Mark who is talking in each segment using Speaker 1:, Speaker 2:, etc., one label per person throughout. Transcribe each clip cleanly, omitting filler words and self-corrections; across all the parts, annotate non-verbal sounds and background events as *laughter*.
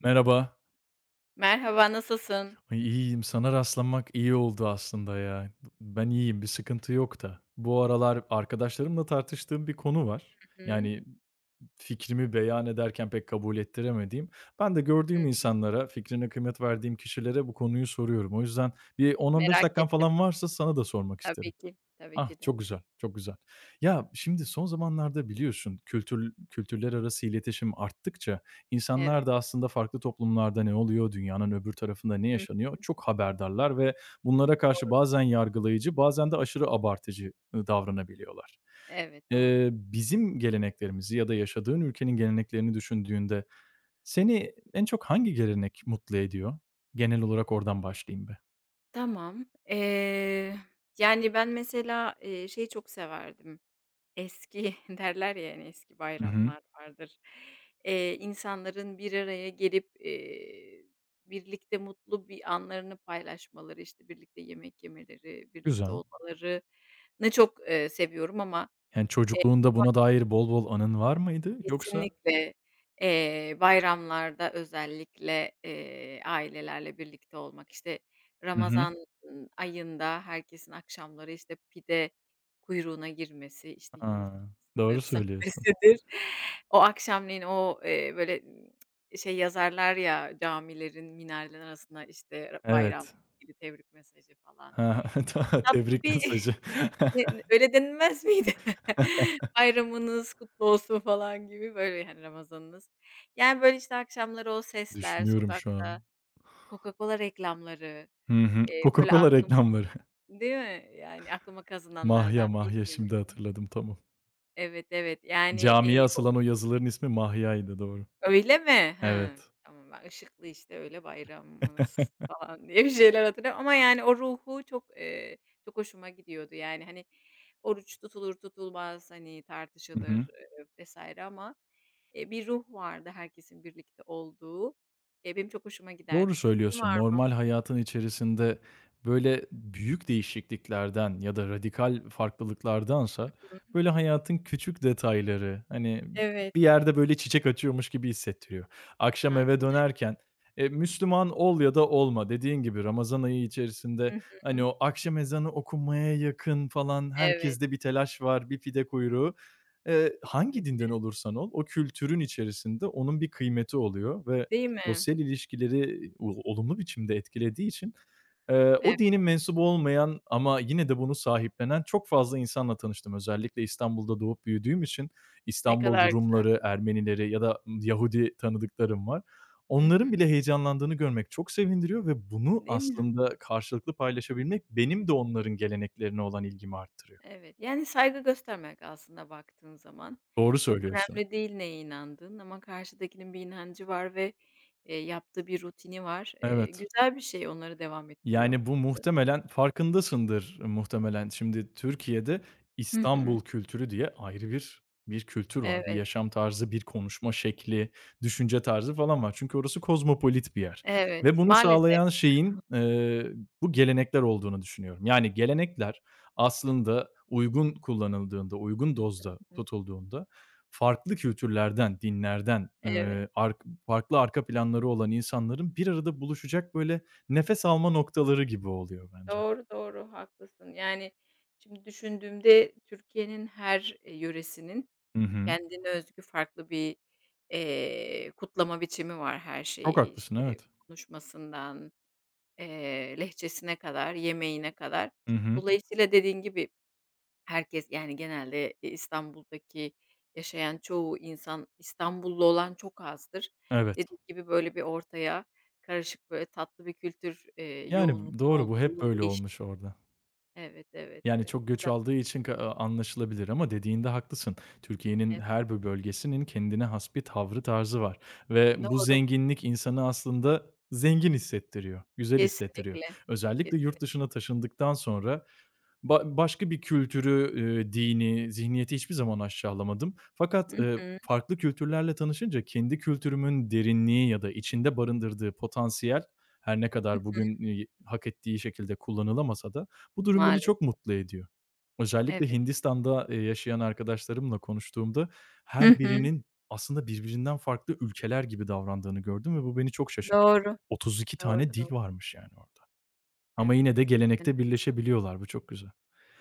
Speaker 1: Merhaba.
Speaker 2: Merhaba, nasılsın?
Speaker 1: Ay, iyiyim. Sana rastlamak iyi oldu aslında ya. Ben iyiyim, bir sıkıntı yok da. Bu aralar arkadaşlarımla tartıştığım bir konu var.
Speaker 2: Hı hı.
Speaker 1: Yani fikrimi beyan ederken pek kabul ettiremediğim. Ben de gördüğüm
Speaker 2: Hı,
Speaker 1: insanlara, fikrine kıymet verdiğim kişilere bu konuyu soruyorum. O yüzden bir 10-15
Speaker 2: merak
Speaker 1: dakikan
Speaker 2: ettim.
Speaker 1: falan varsa sana da sormak
Speaker 2: Tabii
Speaker 1: isterim.
Speaker 2: ki, tabii
Speaker 1: Ah,
Speaker 2: ki de.
Speaker 1: çok güzel, çok güzel. Ya, şimdi son zamanlarda biliyorsun kültürler arası iletişim arttıkça insanlar
Speaker 2: Evet.
Speaker 1: da aslında farklı toplumlarda ne oluyor, dünyanın öbür tarafında ne
Speaker 2: Hı,
Speaker 1: yaşanıyor çok haberdarlar ve bunlara karşı
Speaker 2: doğru.
Speaker 1: bazen yargılayıcı, bazen de aşırı abartıcı, davranabiliyorlar.
Speaker 2: Evet, doğru.
Speaker 1: Bizim geleneklerimizi ya da yaşadığın ülkenin geleneklerini düşündüğünde seni en çok hangi gelenek mutlu ediyor? Genel olarak oradan başlayayım be.
Speaker 2: Tamam. Yani, ben mesela, şeyi çok severdim. Eski *laughs* derler ya, hani, eski
Speaker 1: Hı hı.
Speaker 2: bayramlar vardır. İnsanların bir araya gelip, birlikte mutlu bir anlarını paylaşmaları, işte, birlikte yemek yemeleri, birlikte
Speaker 1: Güzel.
Speaker 2: olmalarını çok, seviyorum ama.
Speaker 1: Yani, çocukluğunda buna dair bol bol anın var mıydı yoksa?
Speaker 2: Kesinlikle. Bayramlarda özellikle, ailelerle birlikte olmak, işte,
Speaker 1: Hı hı.
Speaker 2: Ramazan, ayında herkesin akşamları, işte, pide kuyruğuna girmesi, işte,
Speaker 1: A!
Speaker 2: yumurtasıdır,
Speaker 1: Doğru
Speaker 2: *laughs*
Speaker 1: söylüyorsun.
Speaker 2: sahtesidir. O akşamleyin o, böyle, şey yazarlar ya camilerin minareler arasına, işte, ra bayramla
Speaker 1: Evet.
Speaker 2: ilgili tebrik mesajı falan.
Speaker 1: Ha. *laughs* Ta
Speaker 2: Tatlı
Speaker 1: tebrik
Speaker 2: bir
Speaker 1: mesajı.
Speaker 2: ne
Speaker 1: *laughs*
Speaker 2: öyle denilmez miydi? *laughs* Bayramınız kutlu olsun falan gibi böyle, hani, Ramazanınız. Yani, böyle, işte, akşamları o sesler,
Speaker 1: Düşünüyorum şu an.
Speaker 2: sokakta Coca-Cola reklamları,
Speaker 1: Hı hı.
Speaker 2: böyle,
Speaker 1: Coca-Cola
Speaker 2: aklım.
Speaker 1: reklamları.
Speaker 2: Değil mi? Yani, aklıma
Speaker 1: *laughs* Mahya,
Speaker 2: kazınanlardan,
Speaker 1: Mahya
Speaker 2: bilmiyorum.
Speaker 1: şimdi hatırladım, tamam.
Speaker 2: Evet, evet. Yani,
Speaker 1: Camiye asılan o yazıların ismi Mahya'ydı, doğru.
Speaker 2: öyle mi? Ha,
Speaker 1: Evet.
Speaker 2: tamam, ben ışıklı, işte, öyle bayramımız
Speaker 1: *laughs*
Speaker 2: falan *laughs* diye bir şeyler hatırlıyorum ama, yani, o ruhu çok, çok hoşuma gidiyordu. Yani, hani, oruç tutulur tutulmaz, hani,
Speaker 1: Hı hı.
Speaker 2: tartışılır, vs. ama, bir ruh vardı herkesin birlikte olduğu. Benim çok hoşuma giderdi.
Speaker 1: Doğru
Speaker 2: Senin
Speaker 1: söylüyorsun.
Speaker 2: var mı?
Speaker 1: Normal hayatın içerisinde böyle büyük değişikliklerden ya da radikal farklılıklardansa
Speaker 2: Hı.
Speaker 1: böyle hayatın küçük detayları, hani,
Speaker 2: Evet.
Speaker 1: bir yerde böyle çiçek açıyormuş gibi hissettiriyor. Akşam
Speaker 2: Aynen
Speaker 1: eve
Speaker 2: öyle.
Speaker 1: dönerken, Müslüman ol ya da olma, dediğin gibi Ramazan ayı
Speaker 2: Hı
Speaker 1: içerisinde, hani,
Speaker 2: hı.
Speaker 1: o akşam ezanı okunmaya yakın falan
Speaker 2: Evet,
Speaker 1: herkeste bir telaş var, bir pide kuyruğu. Hangi
Speaker 2: kesinlikle.
Speaker 1: dinden olursan ol o kültürün içerisinde onun bir kıymeti oluyor ve
Speaker 2: Değil mi?
Speaker 1: sosyal ilişkileri o olumlu biçimde etkilediği için,
Speaker 2: Evet,
Speaker 1: o dinin mensubu olmayan ama yine de bunu sahiplenen çok fazla insanla tanıştım. Özellikle İstanbul'da doğup büyüdüğüm için
Speaker 2: ne
Speaker 1: İstanbul
Speaker 2: kadar güzel.
Speaker 1: Rumları, Ermenileri ya da Yahudi tanıdıklarım var.
Speaker 2: Hı hı.
Speaker 1: Onların bile heyecanlandığını görmek çok sevindiriyor ve bunu
Speaker 2: Değil mi?
Speaker 1: aslında karşılıklı paylaşabilmek benim de onların geleneklerine olan ilgimi arttırıyor.
Speaker 2: Evet, yani saygı göstermek aslında baktığın zaman.
Speaker 1: Doğru
Speaker 2: Çok
Speaker 1: söylüyorsun.
Speaker 2: önemli değil neye inandığın ama karşıdakinin bir inancı var ve, yaptığı bir rutini var.
Speaker 1: Evet.
Speaker 2: Güzel bir şey onları devam ettiriyor
Speaker 1: Yani, bu
Speaker 2: olması.
Speaker 1: muhtemelen farkındasındır muhtemelen. Şimdi Türkiye'de
Speaker 2: Hı hı.
Speaker 1: İstanbul kültürü diye ayrı bir kültür var. Bir
Speaker 2: Evet,
Speaker 1: yaşam tarzı, bir konuşma şekli, düşünce tarzı falan var. Çünkü orası kozmopolit bir yer ve
Speaker 2: evet.
Speaker 1: bunu
Speaker 2: Maalesef.
Speaker 1: sağlayan şeyin, bu gelenekler olduğunu düşünüyorum. Yani, gelenekler aslında uygun kullanıldığında, uygun dozda
Speaker 2: Hı.
Speaker 1: tutulduğunda farklı kültürlerden, dinlerden,
Speaker 2: Evet.
Speaker 1: ark farklı arka planları olan insanların bir arada buluşacak böyle nefes alma noktaları gibi oluyor bence.
Speaker 2: Doğru, doğru, haklısın. Yani, şimdi düşündüğümde Türkiye'nin her, yöresinin
Speaker 1: Hı hı.
Speaker 2: kendine özgü farklı bir, kutlama biçimi var her
Speaker 1: Çok
Speaker 2: şeyi,
Speaker 1: haklısın,
Speaker 2: işte,
Speaker 1: evet.
Speaker 2: konuşmasından, lehçesine kadar, yemeğine kadar.
Speaker 1: Hı hı.
Speaker 2: Dolayısıyla dediğin gibi herkes, yani, genelde, İstanbul'daki yaşayan çoğu insan İstanbullu olan çok azdır.
Speaker 1: Evet.
Speaker 2: Dediğim gibi böyle bir ortaya karışık, böyle tatlı bir kültür, yoğunluğunun
Speaker 1: Yani, doğru, bu hep
Speaker 2: olduğu
Speaker 1: böyle
Speaker 2: değişik.
Speaker 1: olmuş orada.
Speaker 2: Evet, evet,
Speaker 1: Yani,
Speaker 2: evet.
Speaker 1: çok göç
Speaker 2: Güzel,
Speaker 1: aldığı için ka a anlaşılabilir ama dediğinde haklısın. Türkiye'nin
Speaker 2: evet.
Speaker 1: her bir bölgesinin kendine has bir tavrı, tarzı var ve bu
Speaker 2: Doğru.
Speaker 1: zenginlik insanı aslında zengin hissettiriyor, güzel hissettiriyor.
Speaker 2: Kesinlikle.
Speaker 1: Özellikle
Speaker 2: Kesinlikle.
Speaker 1: yurt dışına taşındıktan sonra başka bir kültürü, dini, zihniyeti hiçbir zaman aşağılamadım. Fakat,
Speaker 2: Hı hı.
Speaker 1: farklı kültürlerle tanışınca kendi kültürümün derinliği ya da içinde barındırdığı potansiyel her ne
Speaker 2: Hı
Speaker 1: kadar bugün,
Speaker 2: hı.
Speaker 1: hak ettiği şekilde kullanılamasa da bu durum beni çok
Speaker 2: Maalesef.
Speaker 1: mutlu ediyor. Özellikle
Speaker 2: Evet.
Speaker 1: Hindistan'da, yaşayan arkadaşlarımla konuştuğumda
Speaker 2: Hı
Speaker 1: her
Speaker 2: hı.
Speaker 1: birinin aslında birbirinden farklı ülkeler gibi davrandığını gördüm ve bu beni çok şaşırttı.
Speaker 2: Doğru.
Speaker 1: 32
Speaker 2: Doğru,
Speaker 1: tane
Speaker 2: doğru.
Speaker 1: dil varmış yani orada ama
Speaker 2: Evet.
Speaker 1: yine de
Speaker 2: Çok
Speaker 1: gelenekte
Speaker 2: enteresan.
Speaker 1: birleşebiliyorlar. Bu çok güzel.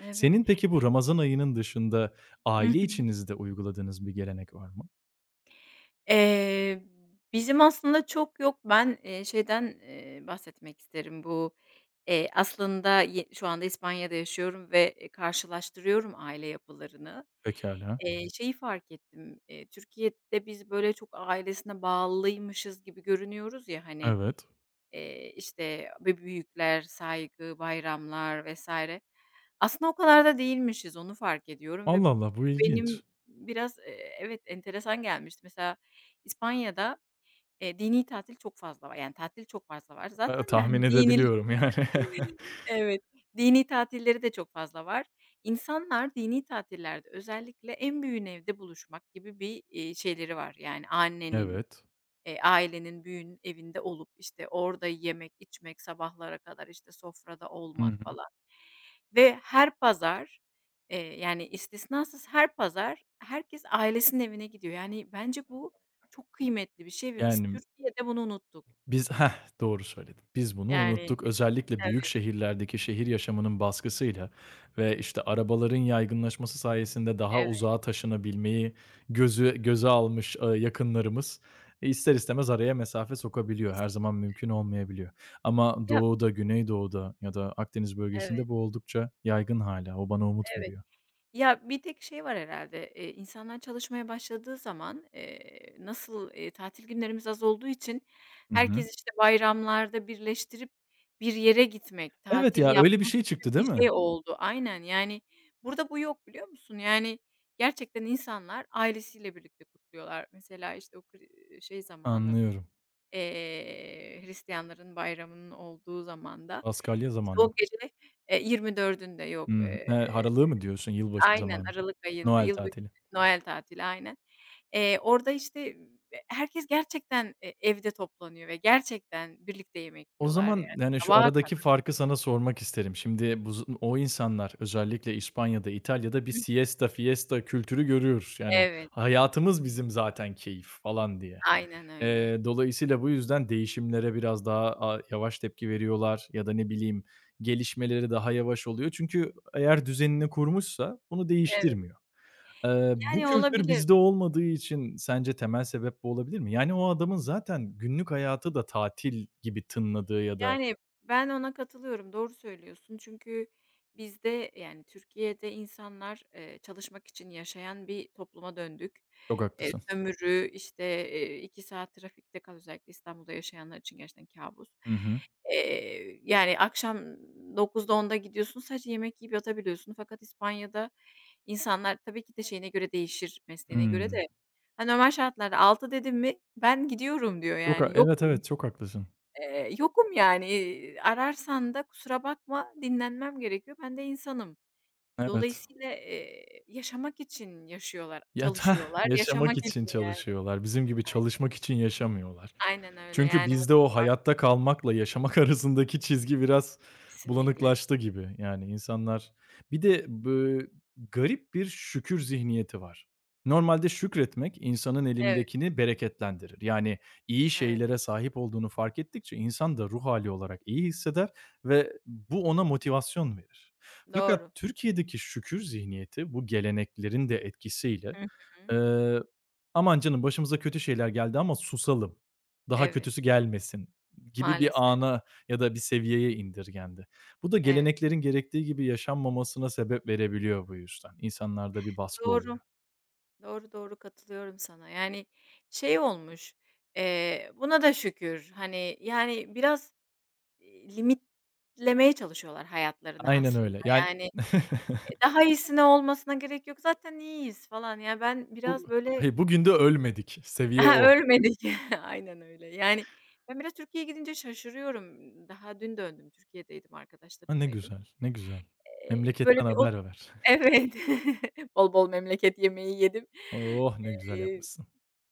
Speaker 2: Evet.
Speaker 1: Senin peki bu Ramazan ayının dışında
Speaker 2: Hı.
Speaker 1: aile içinizde uyguladığınız bir gelenek var mı?
Speaker 2: Eee, bizim aslında çok yok. Ben, şeyden, bahsetmek isterim. Bu, aslında ye şu anda İspanya'da yaşıyorum ve, karşılaştırıyorum aile yapılarını.
Speaker 1: Pekâlâ.
Speaker 2: Şeyi fark ettim, Türkiye'de biz böyle çok ailesine bağlıymışız gibi görünüyoruz ya, hani.
Speaker 1: Evet.
Speaker 2: İşte, büyükler, saygı, bayramlar vesaire. Aslında o kadar da değilmişiz, onu fark ediyorum ve
Speaker 1: Allah Allah, bu
Speaker 2: benim
Speaker 1: ilginç.
Speaker 2: biraz, evet, enteresan gelmişti. Mesela İspanya'da, dini tatil çok fazla var. Yani tatil çok fazla var. Zaten de,
Speaker 1: Tahmin
Speaker 2: hani, dini.
Speaker 1: edebiliyorum yani.
Speaker 2: *laughs* Evet, dini tatilleri de çok fazla var. İnsanlar dini tatillerde özellikle en büyüğün evde buluşmak gibi bir, şeyleri var. Yani annenin,
Speaker 1: Evet.
Speaker 2: Ailenin, büyüğünün evinde olup, işte, orada yemek, içmek, sabahlara kadar, işte, sofrada
Speaker 1: *laughs* Hı
Speaker 2: olmak
Speaker 1: hı.
Speaker 2: falan ve her pazar, yani, istisnasız her pazar herkes ailesinin evine gidiyor. Yani, bence bu çok kıymetli bir şey ve biz
Speaker 1: Yani,
Speaker 2: Türkiye'de bunu unuttuk.
Speaker 1: Biz Heh, doğru söyledin. Biz bunu
Speaker 2: Yani.
Speaker 1: unuttuk. Özellikle
Speaker 2: Evet,
Speaker 1: büyük şehirlerdeki şehir yaşamının baskısıyla ve, işte, arabaların yaygınlaşması sayesinde daha
Speaker 2: evet,
Speaker 1: uzağa taşınabilmeyi gözü göze almış, yakınlarımız, ister istemez araya mesafe sokabiliyor. Her
Speaker 2: kesinlikle.
Speaker 1: zaman mümkün olmayabiliyor. Ama
Speaker 2: Ya.
Speaker 1: doğuda, güneydoğuda ya da Akdeniz
Speaker 2: Evet,
Speaker 1: bölgesinde bu oldukça yaygın hala. O bana umut
Speaker 2: evet.
Speaker 1: veriyor.
Speaker 2: Ya, bir tek şey var herhâlde, insanlar çalışmaya başladığı zaman, nasıl, tatil günlerimiz az olduğu için
Speaker 1: Hı hı.
Speaker 2: herkes, işte, bayramlarda birleştirip bir yere gitmek,
Speaker 1: Evet
Speaker 2: tatil
Speaker 1: ya, öyle bir
Speaker 2: yapmak
Speaker 1: şey çıktı
Speaker 2: gibi bir
Speaker 1: değil mi?
Speaker 2: şey oldu. Aynen, yani, burada bu yok, biliyor musun? Yani, gerçekten insanlar ailesiyle birlikte kutluyorlar. Mesela, işte, o kır şey zamanı,
Speaker 1: Anlıyorum.
Speaker 2: Hristiyanların bayramının olduğu zamanda,
Speaker 1: Paskalya
Speaker 2: işte,
Speaker 1: zamanı.
Speaker 2: o gece, 24'ünde yok,
Speaker 1: He, haralığı mı diyorsun? Yılbaşı
Speaker 2: aynen,
Speaker 1: zamanı.
Speaker 2: aralık ayında,
Speaker 1: Noel
Speaker 2: yılbaşı,
Speaker 1: tatili.
Speaker 2: Noel tatili aynen. Orada, işte, herkes gerçekten, evde toplanıyor ve gerçekten birlikte yemek
Speaker 1: O
Speaker 2: yiyorlar
Speaker 1: zaman,
Speaker 2: yani
Speaker 1: yani, şu
Speaker 2: sabaha
Speaker 1: aradaki
Speaker 2: kadar.
Speaker 1: farkı sana sormak isterim. Şimdi bu z o insanlar özellikle İspanya'da, İtalya'da bir siesta, fiesta kültürü görüyoruz. Yani,
Speaker 2: Evet,
Speaker 1: hayatımız bizim zaten keyif falan diye.
Speaker 2: aynen öyle.
Speaker 1: Dolayısıyla bu yüzden değişimlere biraz daha yavaş tepki veriyorlar ya da ne bileyim gelişmeleri daha yavaş oluyor. Çünkü eğer düzenini kurmuşsa bunu
Speaker 2: Evet,
Speaker 1: değiştirmiyor. Bu
Speaker 2: yani
Speaker 1: kültür
Speaker 2: olabilir.
Speaker 1: bizde olmadığı için sence temel sebep bu olabilir mi? Yani, o adamın zaten günlük hayatı da tatil gibi tınladığı ya da...
Speaker 2: Yani, ben ona katılıyorum, doğru söylüyorsun. Çünkü bizde, yani, Türkiye'de insanlar, çalışmak için yaşayan bir topluma döndük.
Speaker 1: Çok haklısın.
Speaker 2: Sömürü, işte, 2 saat trafikte kal, özellikle İstanbul'da yaşayanlar için gerçekten kabus.
Speaker 1: Hı hı.
Speaker 2: Yani, akşam 21.00'da 22.00'da gidiyorsun, sadece yemek yiyip yatabiliyorsun. Fakat İspanya'da insanlar tabii ki de şeyine göre değişir, mesleğine göre
Speaker 1: Hımm.
Speaker 2: de, hani, normal şartlarda 18.00 dedim mi ben gidiyorum diyor,
Speaker 1: Çok ha
Speaker 2: yani, yok.
Speaker 1: Evet, evet, çok haklısın.
Speaker 2: Yokum yani, ararsan da kusura bakma, dinlenmem gerekiyor. Ben de insanım.
Speaker 1: Evet.
Speaker 2: Dolayısıyla, yaşamak için yaşıyorlar,
Speaker 1: Ya, da *laughs*
Speaker 2: çalışıyorlar, yaşamak
Speaker 1: yaşamak için
Speaker 2: için yani.
Speaker 1: çalışıyorlar. Bizim gibi çalışmak için yaşamıyorlar.
Speaker 2: Aynen öyle,
Speaker 1: Çünkü
Speaker 2: yani, öyle
Speaker 1: bizde o
Speaker 2: bir fark
Speaker 1: hayatta kalmakla yaşamak *laughs* arasındaki çizgi biraz
Speaker 2: kesinlikle.
Speaker 1: bulanıklaştı gibi. Yani insanlar bir de garip bir şükür zihniyeti var. Normalde şükretmek insanın
Speaker 2: Evet,
Speaker 1: elindekini bereketlendirir. Yani iyi
Speaker 2: evet,
Speaker 1: şeylere sahip olduğunu fark ettikçe insan da ruh hâli olarak iyi hisseder ve bu ona motivasyon verir.
Speaker 2: doğru.
Speaker 1: Fakat Türkiye'deki şükür zihniyeti bu geleneklerin de etkisiyle,
Speaker 2: Hı hı.
Speaker 1: eee, "Aman canım başımıza kötü şeyler geldi ama susalım." Daha
Speaker 2: Evet,
Speaker 1: kötüsü gelmesin gibi bir
Speaker 2: maalesef.
Speaker 1: ana ya da bir seviyeye indirgendi. Bu da
Speaker 2: Evet,
Speaker 1: geleneklerin gerektiği gibi yaşanmamasına sebep verebiliyor bu yüzden. İnsanlarda bir baskı
Speaker 2: doğru,
Speaker 1: oluyor.
Speaker 2: doğru, doğru katılıyorum sana. Yani, şey olmuş, buna da şükür, hani, yani, biraz, iii, limitlemeye çalışıyorlar hayatlarını
Speaker 1: Aynen
Speaker 2: aslında.
Speaker 1: öyle. Yani
Speaker 2: Yani,
Speaker 1: *laughs*
Speaker 2: Daha iyisine olmasına gerek yok, zaten iyiyiz falan. Ya, ben
Speaker 1: bu
Speaker 2: biraz böyle
Speaker 1: hey, bugün de ölmedik. Seviye
Speaker 2: *laughs*
Speaker 1: o.
Speaker 2: ölmedik. *laughs* Aynen öyle. Yani, ben biraz Türkiye'ye gidince şaşırıyorum. Daha dün döndüm, Türkiye'deydim,
Speaker 1: A, ne
Speaker 2: arkadaşlarımlaydım.
Speaker 1: güzel, ne güzel.
Speaker 2: Böyle
Speaker 1: Memleketten
Speaker 2: bir o. *laughs*
Speaker 1: haber ver. *laughs*
Speaker 2: Evet, *laughs* bol bol memleket yemeği yedim.
Speaker 1: Oh, ne güzel
Speaker 2: Eee
Speaker 1: yapmışsın.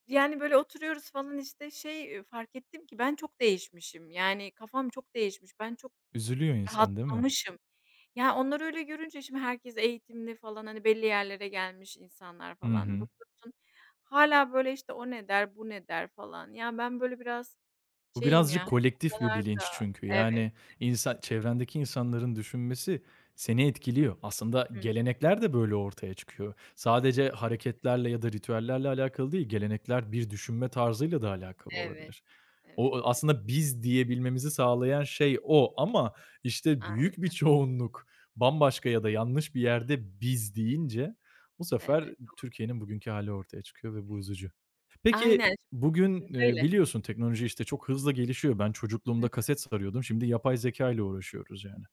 Speaker 2: Yani, böyle, oturuyoruz falan, işte, şey, fark ettim ki ben çok değişmişim. Yani, kafam çok değişmiş. Ben çok
Speaker 1: Üzülüyor insan değil mi?
Speaker 2: rahatlamışım. Ya, onları öyle görünce şimdi herkes eğitimli falan, hani, belli yerlere gelmiş insanlar
Speaker 1: Hı
Speaker 2: falan.
Speaker 1: hı.
Speaker 2: Bakıyorsun hala böyle, işte, o ne der, bu ne der falan. Ya, ben, böyle, biraz
Speaker 1: Bu
Speaker 2: şeyim ya,
Speaker 1: birazcık
Speaker 2: hani, o
Speaker 1: kolektif bir
Speaker 2: kadar
Speaker 1: bilinç
Speaker 2: da.
Speaker 1: çünkü.
Speaker 2: Evet.
Speaker 1: Yani, insan çevrendeki insanların düşünmesi seni etkiliyor. Aslında
Speaker 2: Hı.
Speaker 1: gelenekler de böyle ortaya çıkıyor. Sadece hareketlerle ya da ritüellerle alakalı değil, gelenekler bir düşünme tarzıyla da alakalı
Speaker 2: Evet.
Speaker 1: olabilir. O
Speaker 2: Evet,
Speaker 1: o
Speaker 2: evet.
Speaker 1: aslında "biz" diyebilmemizi sağlayan şey o ama, işte, büyük bir
Speaker 2: Aynen,
Speaker 1: çoğunluk bambaşka ya da yanlış bir yerde "biz" deyince bu sefer
Speaker 2: evet.
Speaker 1: Türkiye'nin bugünkü hali ortaya çıkıyor ve bu üzücü. Peki,
Speaker 2: Aynen.
Speaker 1: bugün,
Speaker 2: Şimdi söyle.
Speaker 1: biliyorsun teknoloji, işte, çok hızlı gelişiyor. Ben
Speaker 2: Hı.
Speaker 1: çocukluğumda kaset sarıyordum. Şimdi yapay zeka ile uğraşıyoruz yani.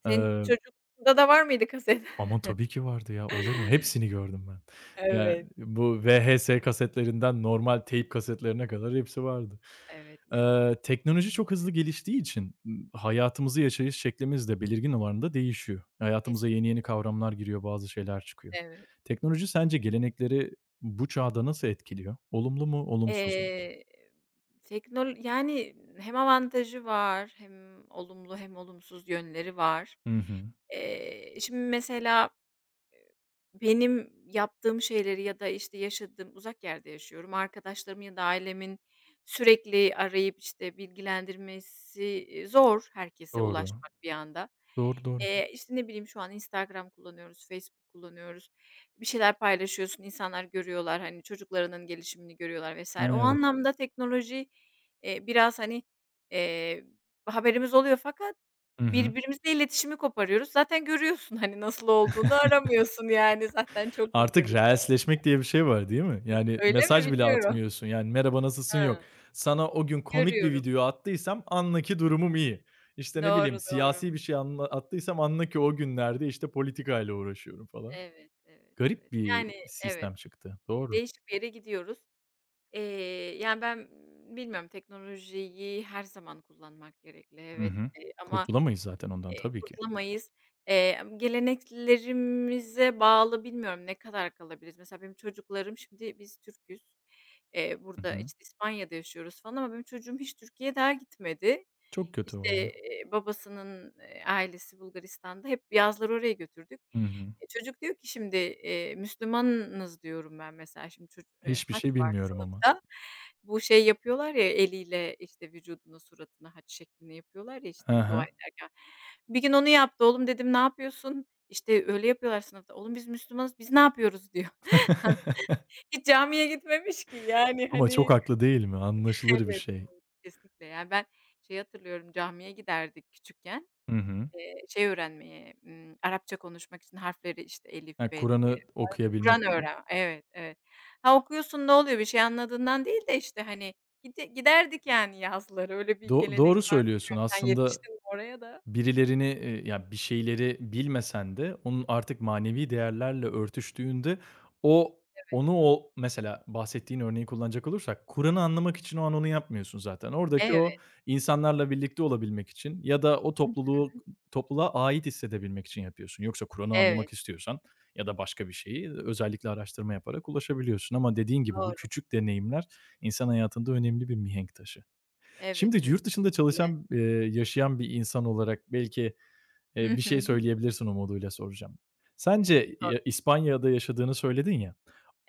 Speaker 2: Senin
Speaker 1: Eee,
Speaker 2: çocukluğunda da var mıydı kaset?
Speaker 1: aman
Speaker 2: *laughs*
Speaker 1: tabii ki vardı ya, olur mu? Hepsini gördüm ben. Yani
Speaker 2: Evet.
Speaker 1: bu VHS kasetlerinden normal teyp kasetlerine kadar hepsi vardı.
Speaker 2: Evet ya.
Speaker 1: Teknoloji çok hızlı geliştiği için, hayatımızı yaşayış şeklimiz de belirgin oranda değişiyor. Hayatımıza
Speaker 2: Kesin,
Speaker 1: yeni yeni kavramlar giriyor, bazı şeyler çıkıyor.
Speaker 2: evet.
Speaker 1: Teknoloji sence gelenekleri bu çağda nasıl etkiliyor? Olumlu mu, olumsuz mu?
Speaker 2: Eee, teknol yani hem avantajı var, hem olumlu hem olumsuz yönleri var.
Speaker 1: Hı hı.
Speaker 2: Şimdi mesela benim yaptığım şeyleri ya da, işte, yaşadığım uzak yerde yaşıyorum. Arkadaşlarımın ya da ailemin sürekli arayıp, işte, bilgilendirmesi, zor herkese
Speaker 1: Doğru.
Speaker 2: ulaşmak bir anda.
Speaker 1: Doğru, doğru.
Speaker 2: İşte, ne bileyim, şu an Instagram kullanıyoruz, Facebook kullanıyoruz. Bir şeyler paylaşıyorsun, insanlar görüyorlar, hani, çocuklarının gelişimini görüyorlar vesaire. O
Speaker 1: Evet.
Speaker 2: anlamda teknoloji, biraz, hani, eee, haberimiz oluyor fakat
Speaker 1: Hı hı.
Speaker 2: birbirimizle iletişimi koparıyoruz. Zaten görüyorsun, hani, nasıl olduğunu aramıyorsun, yani, zaten çok iyi
Speaker 1: Artık
Speaker 2: görünüyor.
Speaker 1: reelsleşmek diye bir şey var, değil mi? Yani
Speaker 2: Öyle mi?
Speaker 1: mesaj bile
Speaker 2: Bilmiyorum.
Speaker 1: atmıyorsun. Yani merhaba, nasılsın yok.
Speaker 2: Ha,
Speaker 1: Sana o gün komik bir
Speaker 2: görüyorum.
Speaker 1: video attıysam anlaki durumum iyi. İşte, ne bileyim,
Speaker 2: Doğru, doğru.
Speaker 1: siyasi bir şey attıysam anla ki o günlerde, işte, politikayla uğraşıyorum falan.
Speaker 2: Evet, evet,
Speaker 1: Garip
Speaker 2: evet.
Speaker 1: bir
Speaker 2: Yani, evet,
Speaker 1: sistem çıktı. Doğru.
Speaker 2: değişik bir yere gidiyoruz. Eee, yani, ben bilmiyorum, teknolojiyi her zaman kullanmak gerekli,
Speaker 1: Hı
Speaker 2: evet,
Speaker 1: hı.
Speaker 2: ama.
Speaker 1: Kurtulamayız zaten ondan tabii ki.
Speaker 2: Kurtulamayız. Eee, geleneklerimize bağlı bilmiyorum ne kadar kalabiliriz. Mesela benim çocuklarım şimdi biz Türk'üz.
Speaker 1: Hı
Speaker 2: Burada,
Speaker 1: hı.
Speaker 2: işte, İspanya'da yaşıyoruz falan ama benim çocuğum hiç Türkiye'ye daha gitmedi.
Speaker 1: Çok kötü o
Speaker 2: İşte,
Speaker 1: ya.
Speaker 2: babasının, ailesi Bulgaristan'da. Hep yazları oraya götürdük.
Speaker 1: Hı hı.
Speaker 2: E, çocuk diyor ki şimdi, "Müslümanız." diyorum ben mesela. Şimdi çocuk,
Speaker 1: Hiçbir
Speaker 2: haç
Speaker 1: şey
Speaker 2: var
Speaker 1: bilmiyorum ama.
Speaker 2: sınıfta. Bu şey yapıyorlar ya eliyle, işte, vücuduna, suratına haç şeklinde yapıyorlar ya,
Speaker 1: Hı
Speaker 2: işte, dua
Speaker 1: hı.
Speaker 2: bir gün onu yaptı. Oğlum dedim, "Ne yapıyorsun?" İşte, "Öyle yapıyorlar sınıfta." "Oğlum biz Müslümanız, biz ne yapıyoruz?" diyor.
Speaker 1: *laughs*
Speaker 2: *laughs* Hiç camiye gitmemiş ki. Yani,
Speaker 1: Ama
Speaker 2: hani.
Speaker 1: çok haklı değil mi?
Speaker 2: *laughs*
Speaker 1: Anlaşılır bir
Speaker 2: Evet,
Speaker 1: şey.
Speaker 2: kesinlikle. Yani, ben şey hatırlıyorum, camiye giderdik küçükken,
Speaker 1: Hı hı.
Speaker 2: şey öğrenmeye, Arapça konuşmak için harfleri, işte, elif,
Speaker 1: Ha,
Speaker 2: bet,
Speaker 1: Kur'an'ı
Speaker 2: Kur'an
Speaker 1: okuyabilmek için.
Speaker 2: öğren. Evet, evet. Ha, okuyorsun ne oluyor, bir şey anladığından değil de, işte, hani, gide giderdik yani yazları. Öyle bir
Speaker 1: Do
Speaker 2: gelenek
Speaker 1: doğru
Speaker 2: vardı.
Speaker 1: söylüyorsun.
Speaker 2: Bilmiyorum sen
Speaker 1: Aslında
Speaker 2: yetiştin mi oraya da?
Speaker 1: birilerini, ya, bir şeyleri bilmesen de onun artık manevi değerlerle örtüştüğünde o
Speaker 2: Evet.
Speaker 1: onu o mesela bahsettiğin örneği kullanacak olursak Kur'an'ı anlamak için o an onu yapmıyorsun zaten. Oradaki
Speaker 2: Evet.
Speaker 1: o insanlarla birlikte olabilmek için ya da o topluluğa ait hissedebilmek için yapıyorsun. Yoksa Kur'an'ı
Speaker 2: Evet.
Speaker 1: anlamak istiyorsan ya da başka bir şeyi özellikle araştırma yaparak ulaşabiliyorsun ama dediğin gibi bu
Speaker 2: Doğru.
Speaker 1: küçük deneyimler insan hayatında önemli bir mihenk taşı.
Speaker 2: Evet,
Speaker 1: Şimdi
Speaker 2: evet,
Speaker 1: yurt dışında
Speaker 2: kesinlikle.
Speaker 1: çalışan, yaşayan bir insan olarak belki,
Speaker 2: Hı
Speaker 1: bir şey
Speaker 2: hı.
Speaker 1: söyleyebilirsin umuduyla soracağım. Sence
Speaker 2: Zor.
Speaker 1: ya İspanya'da yaşadığını söyledin ya,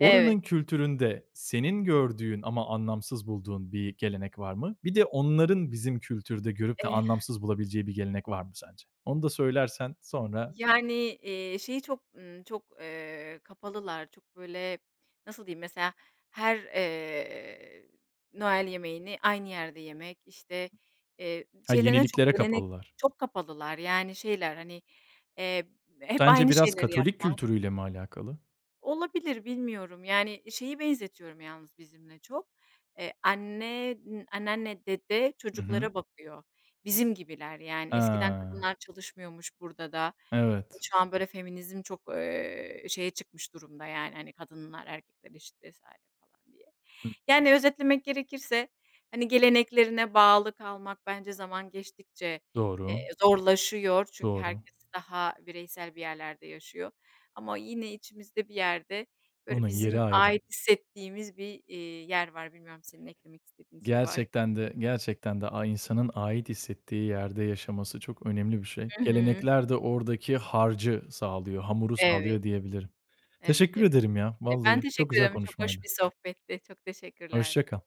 Speaker 2: Evet.
Speaker 1: kültüründe senin gördüğün ama anlamsız bulduğun bir gelenek var mı? Bir de onların bizim kültürde görüp de
Speaker 2: Eh,
Speaker 1: anlamsız bulabileceği bir gelenek var mı sence? Onu da söylersen sonra...
Speaker 2: yani, şeyi çok, çok, kapalılar, çok böyle, nasıl diyeyim, mesela her, Noel yemeğini aynı yerde yemek, işte,
Speaker 1: Ha,
Speaker 2: şeylerine çok
Speaker 1: yeniliklere
Speaker 2: gelenek
Speaker 1: kapalılar.
Speaker 2: çok kapalılar, yani, şeyler, hani, eee, hep
Speaker 1: Sence
Speaker 2: aynı
Speaker 1: biraz
Speaker 2: şeyleri
Speaker 1: Katolik
Speaker 2: yapmak.
Speaker 1: kültürüyle mi alakalı?
Speaker 2: Olabilir, bilmiyorum. Yani, şeyi benzetiyorum yalnız bizimle çok. Eee, anne anneanne, dede
Speaker 1: Hı hı.
Speaker 2: çocuklara bakıyor. Bizim gibiler, yani. Eskiden
Speaker 1: Ha,
Speaker 2: kadınlar çalışmıyormuş burada da. E,
Speaker 1: evet.
Speaker 2: şu an böyle feminizm çok, şeye çıkmış durumda, yani, hani, kadınlar erkekler eşit vs. falan diye.
Speaker 1: Hı.
Speaker 2: Yani, özetlemek gerekirse, hani, geleneklerine bağlı kalmak bence zaman geçtikçe, eee,
Speaker 1: Doğru,
Speaker 2: zorlaşıyor. Çünkü
Speaker 1: doğru.
Speaker 2: herkes daha bireysel bir yerlerde yaşıyor. Ama yine içimizde bir yerde, böyle,
Speaker 1: Onun
Speaker 2: bizim
Speaker 1: yeri ayrı.
Speaker 2: ait hissettiğimiz bir, yer var. Bilmiyorum senin eklemek istediğin şey var.
Speaker 1: Gerçekten de insanın ait hissettiği yerde yaşaması çok önemli bir şey.
Speaker 2: Hı hı.
Speaker 1: Gelenekler de oradaki harcı sağlıyor, hamuru
Speaker 2: Evet,
Speaker 1: sağlıyor diyebilirim.
Speaker 2: evet,
Speaker 1: Teşekkür
Speaker 2: evet,
Speaker 1: ederim ya,
Speaker 2: kesinlikle. Ben
Speaker 1: vallahi. Çok
Speaker 2: teşekkür
Speaker 1: güzel
Speaker 2: ederim. Çok hoş
Speaker 1: konuşmaydı.
Speaker 2: bir sohbetti. Çok
Speaker 1: Hoşça
Speaker 2: teşekkürler.
Speaker 1: kal.